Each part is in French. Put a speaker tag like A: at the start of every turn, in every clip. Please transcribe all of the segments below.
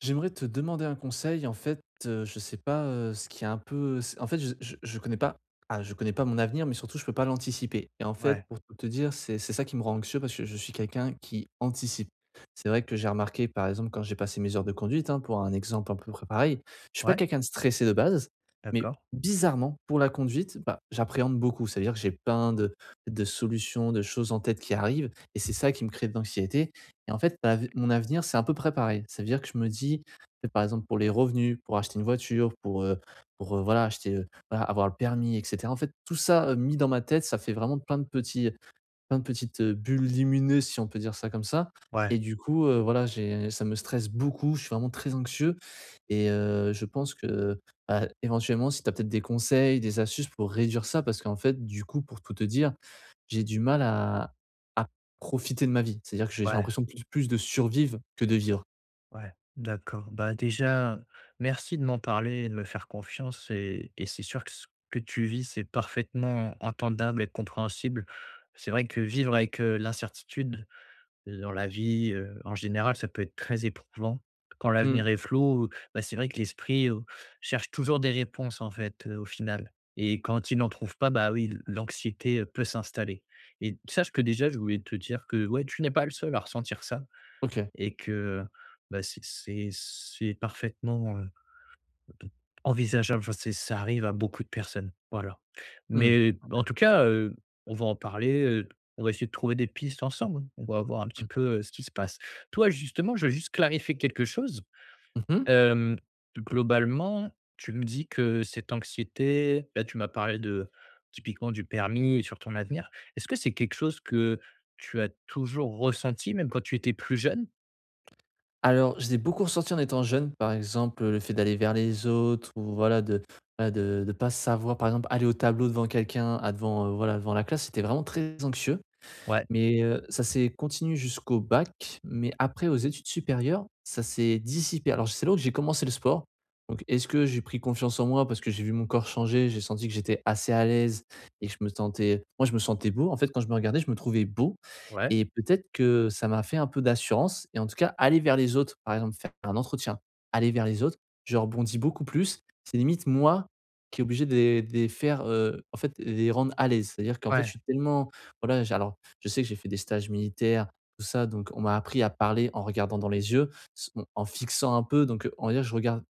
A: J'aimerais te demander un conseil. En fait, je sais pas, ce qui est un peu c en fait, je connais pas je connais pas mon avenir, mais surtout, je peux pas l'anticiper et en fait,
B: Ouais,
A: pour tout te dire, c'est ça qui me rend anxieux parce que je suis quelqu'un qui anticipe. C'est vrai que j'ai remarqué, par exemple, quand j'ai passé mes heures de conduite, hein, pour un exemple un peu près pareil, je suis pas
B: ouais,
A: quelqu'un de stressé de base, mais
B: d'accord.
A: bizarrement, pour la conduite, bah, j'appréhende beaucoup. C'est-à-dire que j'ai plein de solutions, de choses en tête qui arrivent et c'est ça qui me crée de l'anxiété et en fait, bah, av mon avenir, c'est à peu près pareil. Ça veut dire que je me dis, par exemple, pour les revenus, pour acheter une voiture, pour, voilà, acheter, voilà, avoir le permis et cetera. En fait, tout ça, mis dans ma tête, ça fait vraiment plein de petits, plein de petites, bulles lumineuses, si on peut dire ça comme ça
B: Ouais,
A: et du coup, voilà, j'ai ça me stresse beaucoup, je suis vraiment très anxieux et je pense que, bah, éventuellement, si tu as peut-être des conseils, des astuces pour réduire ça parce qu'en fait, du coup, pour tout te dire, j'ai du mal à à profiter de ma vie. C'est-à-dire que j'ai
B: ouais,
A: l'impression plus de survivre que de vivre.
B: ouais, d'accord. Bah, déjà, merci de m'en parler et de me faire confiance et c'est sûr que ce que tu vis, c'est parfaitement entendable et compréhensible. C'est vrai que vivre avec, l'incertitude dans la vie, en général, ça peut être très éprouvant. Quand
A: Mmh.
B: l'avenir est flou, bah, c'est vrai que l'esprit, cherche toujours des réponses, en fait, au final et quand il n'en trouve pas, bah, oui, l'anxiété, peut s'installer et sache que déjà, je voulais te dire que, ouais, tu n'es pas le seul à ressentir ça
A: OK.
B: et que, bah, c'est parfaitement, envisageable, enfin, c'est ça arrive à beaucoup de personnes, voilà.
A: Mmh.
B: Mais en
A: OK.
B: tout cas, on va en parler, on va essayer de trouver des pistes ensemble, on va voir un petit
A: Mmh.
B: peu, ce qui se passe. Toi, justement, je veux juste clarifier quelque chose.
A: Mmh.
B: Hem, globalement, tu me dis que cette anxiété là, tu m'as parlé de typiquement du permis et sur ton avenir. Est-ce que c'est quelque chose que tu as toujours ressenti, même quand tu étais plus jeune?
A: Alors, je l'ai beaucoup ressenti en étant jeune, par exemple, le fait d'aller vers les autres ou voilà de pas savoir, par exemple, aller au tableau devant quelqu'un, devant, voilà, devant la classe, c'était vraiment très anxieux.
B: Ouais.
A: Mais, ça s'est continué jusqu'au bac, mais après aux études supérieures, ça s'est dissipé. Alors c'est là où j'ai commencé le sport. Donc est-ce que j'ai pris confiance en moi parce que j'ai vu mon corps changer, j'ai senti que j'étais assez à l'aise et que je me sentais moi je me sentais beau. En fait, quand je me regardais, je me trouvais beau
B: Ouais.
A: et peut-être que ça m'a fait un peu d'assurance et en tout cas aller vers les autres, par exemple faire un entretien, aller vers les autres, je rebondis beaucoup plus. C'est limite moi qui est obligé de les faire, en fait, de les rendre à l'aise. C'est-à-dire qu'en fait, je
B: Ouais.
A: suis tellement voilà, j'ai alors je sais que j'ai fait des stages militaires, tout ça, donc on m'a appris à parler en regardant dans les yeux, s bon, en fixant un peu, donc on va dire je regarde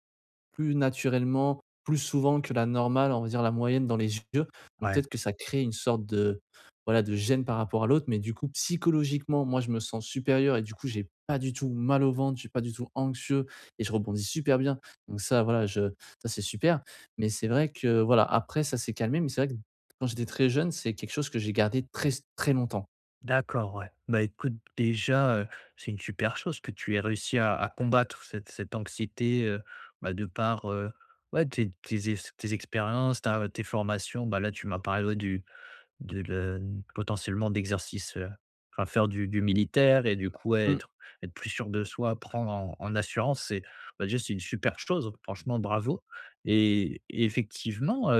A: plus naturellement, plus souvent que la normale, on va dire la moyenne dans les yeux. Donc
B: Ouais.
A: peut-être que ça crée une sorte de, voilà, de gêne par rapport à l'autre, mais du coup psychologiquement, moi je me sens supérieur et du coup j'ai pas du tout mal au ventre, je suis pas du tout anxieux et je rebondis super bien. Donc ça, voilà, je ça c'est super, mais c'est vrai que, voilà, après ça s'est calmé, mais c'est vrai que quand j'étais très jeune, c'est quelque chose que j'ai gardé très longtemps.
B: D'accord, ouais. Bah, écoute, déjà, c'est une super chose que tu aies réussi à combattre cette anxiété, bah, de par, ouais, tes expériences, ta tes formations. Bah, là, tu m'as parlé, ouais, du de le potentiellement d'exercices, enfin, faire du militaire et du coup, ouais, être plus sûr de soi, prendre en assurance. C'est, bah, déjà, c'est une super chose. Franchement, bravo et effectivement,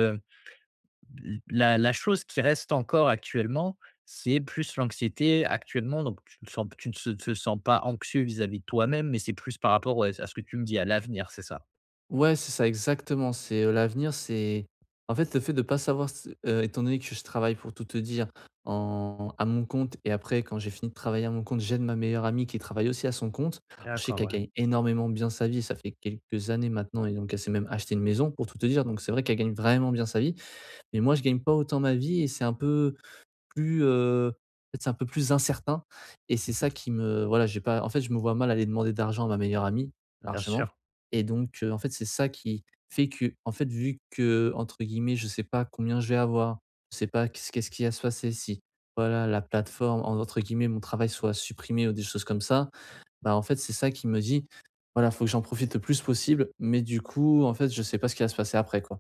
B: la chose qui reste encore actuellement, c'est plus l'anxiété actuellement, donc tu te sens tu ne se te sens pas anxieux vis-à-vis de toi-même, mais c'est plus par rapport, ouais, à ce que tu me dis, à l'avenir, c'est ça?
A: Ouais, c'est ça exactement, c'est, l'avenir, c'est en fait, le fait de pas savoir s étant donné que je travaille pour tout te dire en à mon compte et après quand j'ai fini de travailler à mon compte, j'aide ma meilleure amie qui travaille aussi à son compte. Alors, je sais
B: D'accord,
A: qu'elle
B: ouais,
A: gagne énormément bien sa vie, ça fait quelques années maintenant et donc elle s'est même acheté une maison pour tout te dire, donc c'est vrai qu'elle gagne vraiment bien sa vie. Mais moi, je gagne pas autant ma vie et c'est un peu plus, peut-être c'est un peu plus incertain et c'est ça qui me j'ai pas en fait, je me vois mal aller demander d'argent à ma meilleure amie,
B: bien
A: largement
B: sûr.
A: et donc en fait, c'est ça qui fait que en fait, vu que entre guillemets, je sais pas combien je vais avoir, je sais pas qu'est-ce qui va se passer si, voilà, la plateforme, en entre guillemets, mon travail soit supprimé ou des choses comme ça, bah, en fait, c'est ça qui me dit: «Voilà, faut que j'en profite le plus possible», mais du coup, en fait, je sais pas ce qui va se passer après, quoi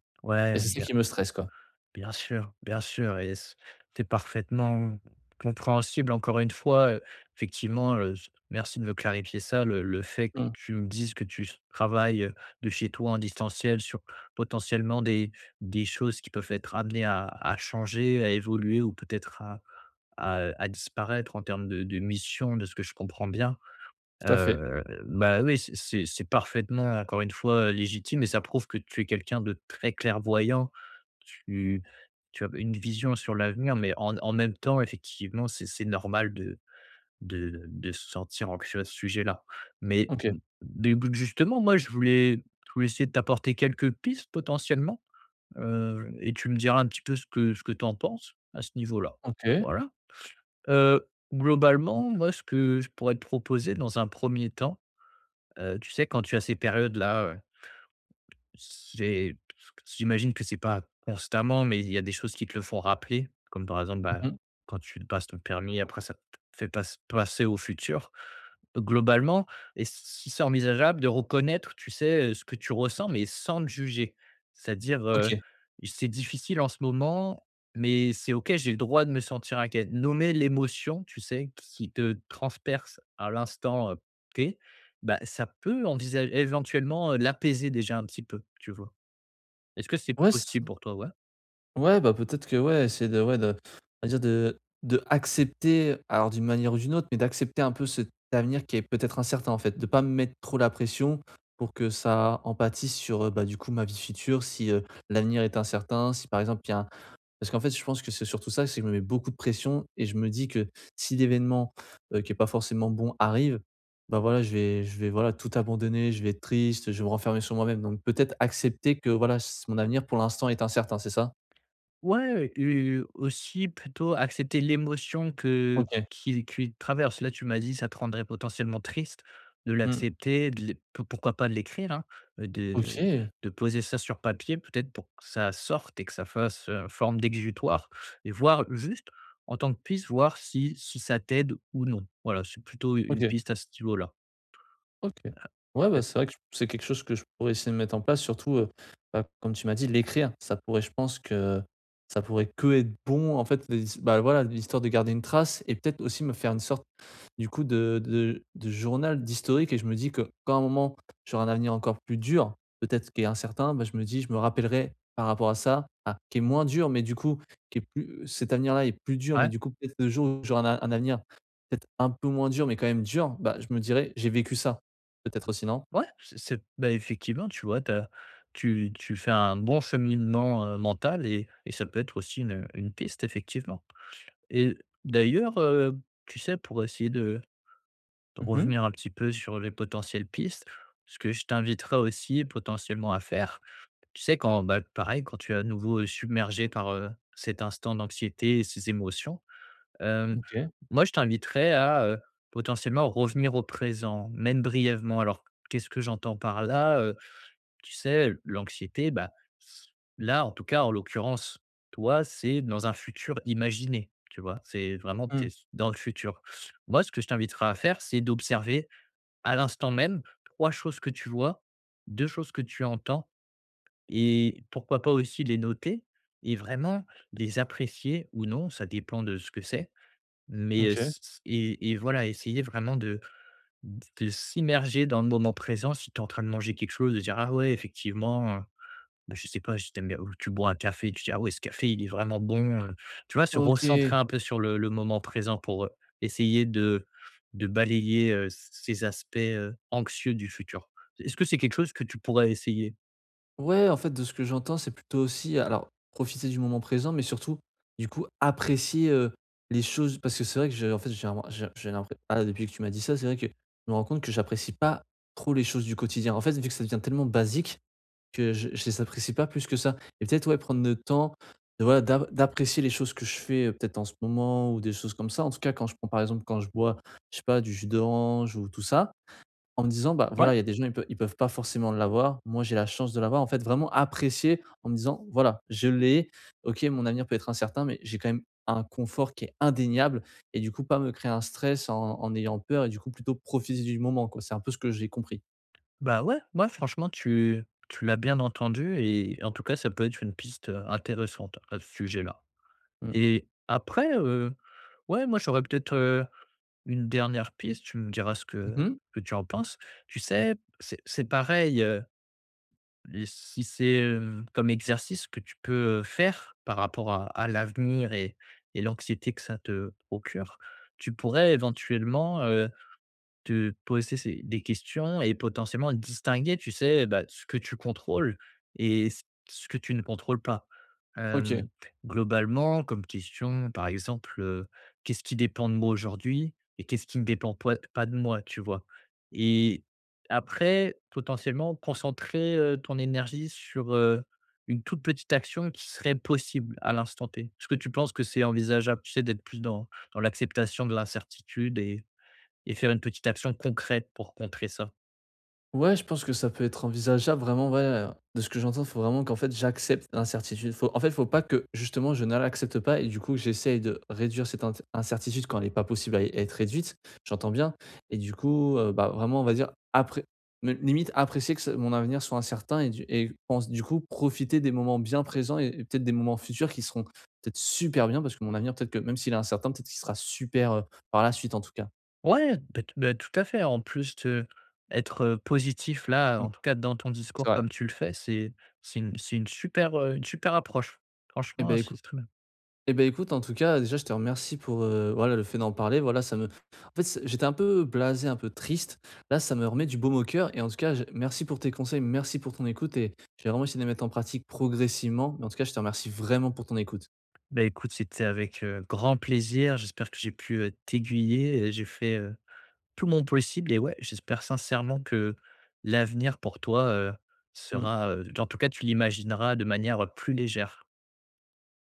A: et
B: Ouais,
A: c'est ça
B: bien
A: qui me stresse, quoi.
B: Bien sûr et c'est parfaitement compréhensible encore une fois, effectivement, s merci de me clarifier ça, le fait que
A: Mmh,
B: tu me dises que tu s travailles, de chez toi en distanciel sur potentiellement des choses qui peuvent être amenées à changer, à évoluer ou peut-être à disparaître en termes de mission de ce que je comprends bien.
A: tout à fait.
B: Bah, oui, c'est parfaitement encore une fois, légitime et ça prouve que tu es quelqu'un de très clairvoyant, tu tu as une vision sur l'avenir, mais en même temps, effectivement, c'est normal de se sentir anxieux à ce sujet-là. Mais
A: OK.
B: mmh, du justement, moi, je voulais essayer de t'apporter quelques pistes potentiellement, et tu me diras un petit peu ce que tu en penses à ce niveau-là.
A: OK.
B: Voilà. Heu, globalement, moi, ce que je pourrais te proposer dans un premier temps, tu sais, quand tu as ces périodes-là, c'est j'imagine que c'est pas constamment, mais il y a des choses qui te le font rappeler, comme par exemple, bah,
A: Mmh.
B: quand tu passes ton permis, après ça te fait pas passer au futur. Globalement, et ce que c'est envisageable de reconnaître, tu sais, ce que tu ressens, mais sans te juger? C'est-à-dire,
A: OK.
B: c'est difficile en ce moment, mais c'est OK, j'ai le droit de me sentir inquiet. Nommer l'émotion, tu sais, qui te transperce à l'instant, T bah, ça peut envisager éventuellement, l'apaiser déjà un petit peu, tu vois? Est-ce que c'est
A: Ouais c
B: possible pour toi? Ouais.
A: ouais, bah, peut-être que ouais, c'est de ouais, de on va dire de accepter, alors d'une manière ou d'une autre, mais d'accepter un peu cet avenir qui est peut-être incertain, en fait. De pas me mettre trop la pression pour que ça en bah, du coup, ma vie future si, l'avenir est incertain, si par exemple il y a parce qu'en fait, je pense que c'est surtout ça, c'est que je me mets beaucoup de pression et je me dis que si l'événement, qui est pas forcément bon arrive, bah, voilà, je vais, voilà, tout abandonner, je vais être triste, je vais me renfermer sur moi-même. Donc peut-être accepter que, voilà, s mon avenir pour l'instant est incertain, c'est ça?
B: Ouais, aussi plutôt accepter l'émotion que
A: OK.
B: qu'il qu'il traverse. Là, tu m'as dit, ça te rendrait potentiellement triste de
A: Mmh.
B: l'accepter, de l'é pou pourquoi pas de l'écrire, hein, de
A: OK!
B: de poser ça sur papier peut-être pour que ça sorte et que ça fasse, forme d'exutoire et voir juste en tant que piste, voir si ça t'aide ou non. Voilà, c'est plutôt une
A: OK.
B: piste à ce niveau-là.
A: OK.
B: Ah,
A: Ouais,
B: Ah,
A: bah, c'est vrai que j c'est quelque chose que je pourrais essayer de mettre en place, surtout, bah, comme tu m'as dit, l'écrire, ça pourrait je pense que ça pourrait que être bon, en fait, les bah, voilà, l'histoire de garder une trace et peut-être aussi me faire une sorte, du coup, de journal, d'historique et je me dis que quand à un moment, j'aurai un avenir encore plus dur, peut-être qui est incertain, bah, je me dis: «Je me rappellerai par rapport à ça», qui est moins dur, mais du coup, qui est plus cet avenir-là est plus dur, mais
B: Ah,
A: du coup, peut-être le jour où j'aurai un avenir peut-être un peu moins dur, mais quand même dur, bah, je me dirai: «J'ai vécu ça». Peut-être aussi, non?
B: Ouais, c'est bah, effectivement, tu vois, tu fais un bon cheminement, mental et ça peut être aussi une piste effectivement et d'ailleurs, tu sais, pour essayer de
A: Mmh.
B: revenir un petit peu sur les potentielles pistes, ce que je t'inviterais aussi potentiellement à faire, tu sais, quand, bah, pareil, quand tu es à nouveau, submergé par, cet instant d'anxiété et ces émotions, hem,
A: OK.
B: moi je t'inviterais à, potentiellement revenir au présent, même brièvement. Alors qu'est-ce que j'entends par là? Tu sais, l'anxiété, bah, là, en tout cas, en l'occurrence, toi, c'est dans un futur imaginé, tu vois? C'est vraiment,
A: Mmh.
B: tu dans le futur. Moi, ce que je t'inviterai à faire, c'est d'observer à l'instant même 3 choses que tu vois, 2 choses que tu entends et pourquoi pas aussi les noter et vraiment les apprécier ou non, ça dépend de ce que c'est. Mais,
A: OK.
B: s et voilà, essayer vraiment de s'immerger dans le moment présent. Si tu es en train de manger quelque chose, de dire: «Ah ouais, effectivement, bah, je sais pas si tu bien ou tu bois un café, tu dis: «Ah ouais, ce café, il est vraiment bon», tu vois? Se recentrer
A: OK.
B: un peu sur le moment présent pour, essayer de balayer, c ces aspects, anxieux du futur. Est-ce que c'est quelque chose que tu pourrais essayer?
A: Ouais, en fait, de ce que j'entends, c'est plutôt aussi alors profiter du moment présent, mais surtout, du coup, apprécier, les choses parce que c'est vrai que j'ai un j'ai depuis que tu m'as dit ça, c'est vrai que je me rends compte que j'apprécie pas trop les choses du quotidien. En fait, vu que ça devient tellement basique que je les apprécie pas plus que ça et peut-être, ouais, prendre le temps de, voilà, d'apprécier les choses que je fais, peut-être en ce moment ou des choses comme ça. En tout cas, quand je prends, par exemple, quand je bois, je sais pas, du jus d'orange ou tout ça en me disant: «Bah,
B: Ouais.
A: voilà, il y a des gens, ils peuvent pas forcément l'avoir. Moi, j'ai la chance de l'avoir». En fait, vraiment apprécier en me disant: «Voilà, je l'ai. OK, mon avenir peut être incertain, mais j'ai quand même un confort qui est indéniable» et du coup, pas me créer un stress en ayant peur et du coup, plutôt profiter du moment, quoi. C'est un peu ce que j'ai compris.
B: Bah, ouais, ouais, franchement, tu l'as bien entendu et en tout cas, ça peut être une piste, intéressante à ce sujet-là
A: Mmh.
B: et après, ouais, moi, j'aurais peut-être, une dernière piste, tu me diras ce
A: Mmh.
B: que tu en penses. Tu sais, c'est pareil, et si c'est, comme exercice que tu peux, faire par rapport à l'avenir et l'anxiété que ça te procure, tu pourrais éventuellement, te poser ces des questions et potentiellement distinguer, tu sais, bah, ce que tu contrôles et ce que tu ne contrôles pas.
A: OK.
B: Hem, globalement, comme question, par exemple, qu'est-ce qui dépend de moi aujourd'hui et qu'est-ce qui ne dépend poi pas de moi, tu vois? Et après, potentiellement, concentrer, ton énergie sur, une toute petite action qui serait possible à l'instant T. Est-ce que tu penses que c'est envisageable, tu sais, d'être plus dans l'acceptation de l'incertitude et faire une petite action concrète pour contrer ça.
A: Ouais, je pense que ça peut être envisageable vraiment, ouais, de ce que j'entends, faut vraiment qu'en fait j'accepte l'incertitude. Faut pas que justement je ne l'accepte pas et du coup j'essaye de réduire cette int incertitude quand elle est pas possible à être réduite, j'entends bien et du coup, bah, vraiment on va dire appré me limite apprécier que ce mon avenir soit incertain et du et pense du coup profiter des moments bien présents et peut-être des moments futurs qui seront peut-être super bien parce que mon avenir peut-être que même s'il est incertain, peut-être qu'il sera super, par la suite en tout cas.
B: Ouais, bah, t bah, tout à fait. En plus de être, positif là,
A: Mmh,
B: en tout cas dans ton
A: c'est
B: discours
A: vrai.
B: comme tu le fais, c'est une super, une super approche.
A: Eh
B: Franchement,
A: ben écoute.
B: c'est très bien.
A: Eh ben écoute, en tout cas, déjà, je te remercie pour, voilà, le fait d'en parler. Voilà, ça me en fait, c j'étais un peu blasé, un peu triste. Là, ça me remet du baume au cœur et en tout cas, je merci pour tes conseils, merci pour ton écoute et j'ai vraiment essayé de les mettre en pratique progressivement. Mais en tout cas, je te remercie vraiment pour ton écoute.
B: Bah, écoute, c'était avec, grand plaisir. J'espère que j'ai pu, t'aiguiller et j'ai fait, tout mon possible et ouais, j'espère sincèrement que l'avenir pour toi, sera, en tout cas, tu l'imagineras de manière, plus légère.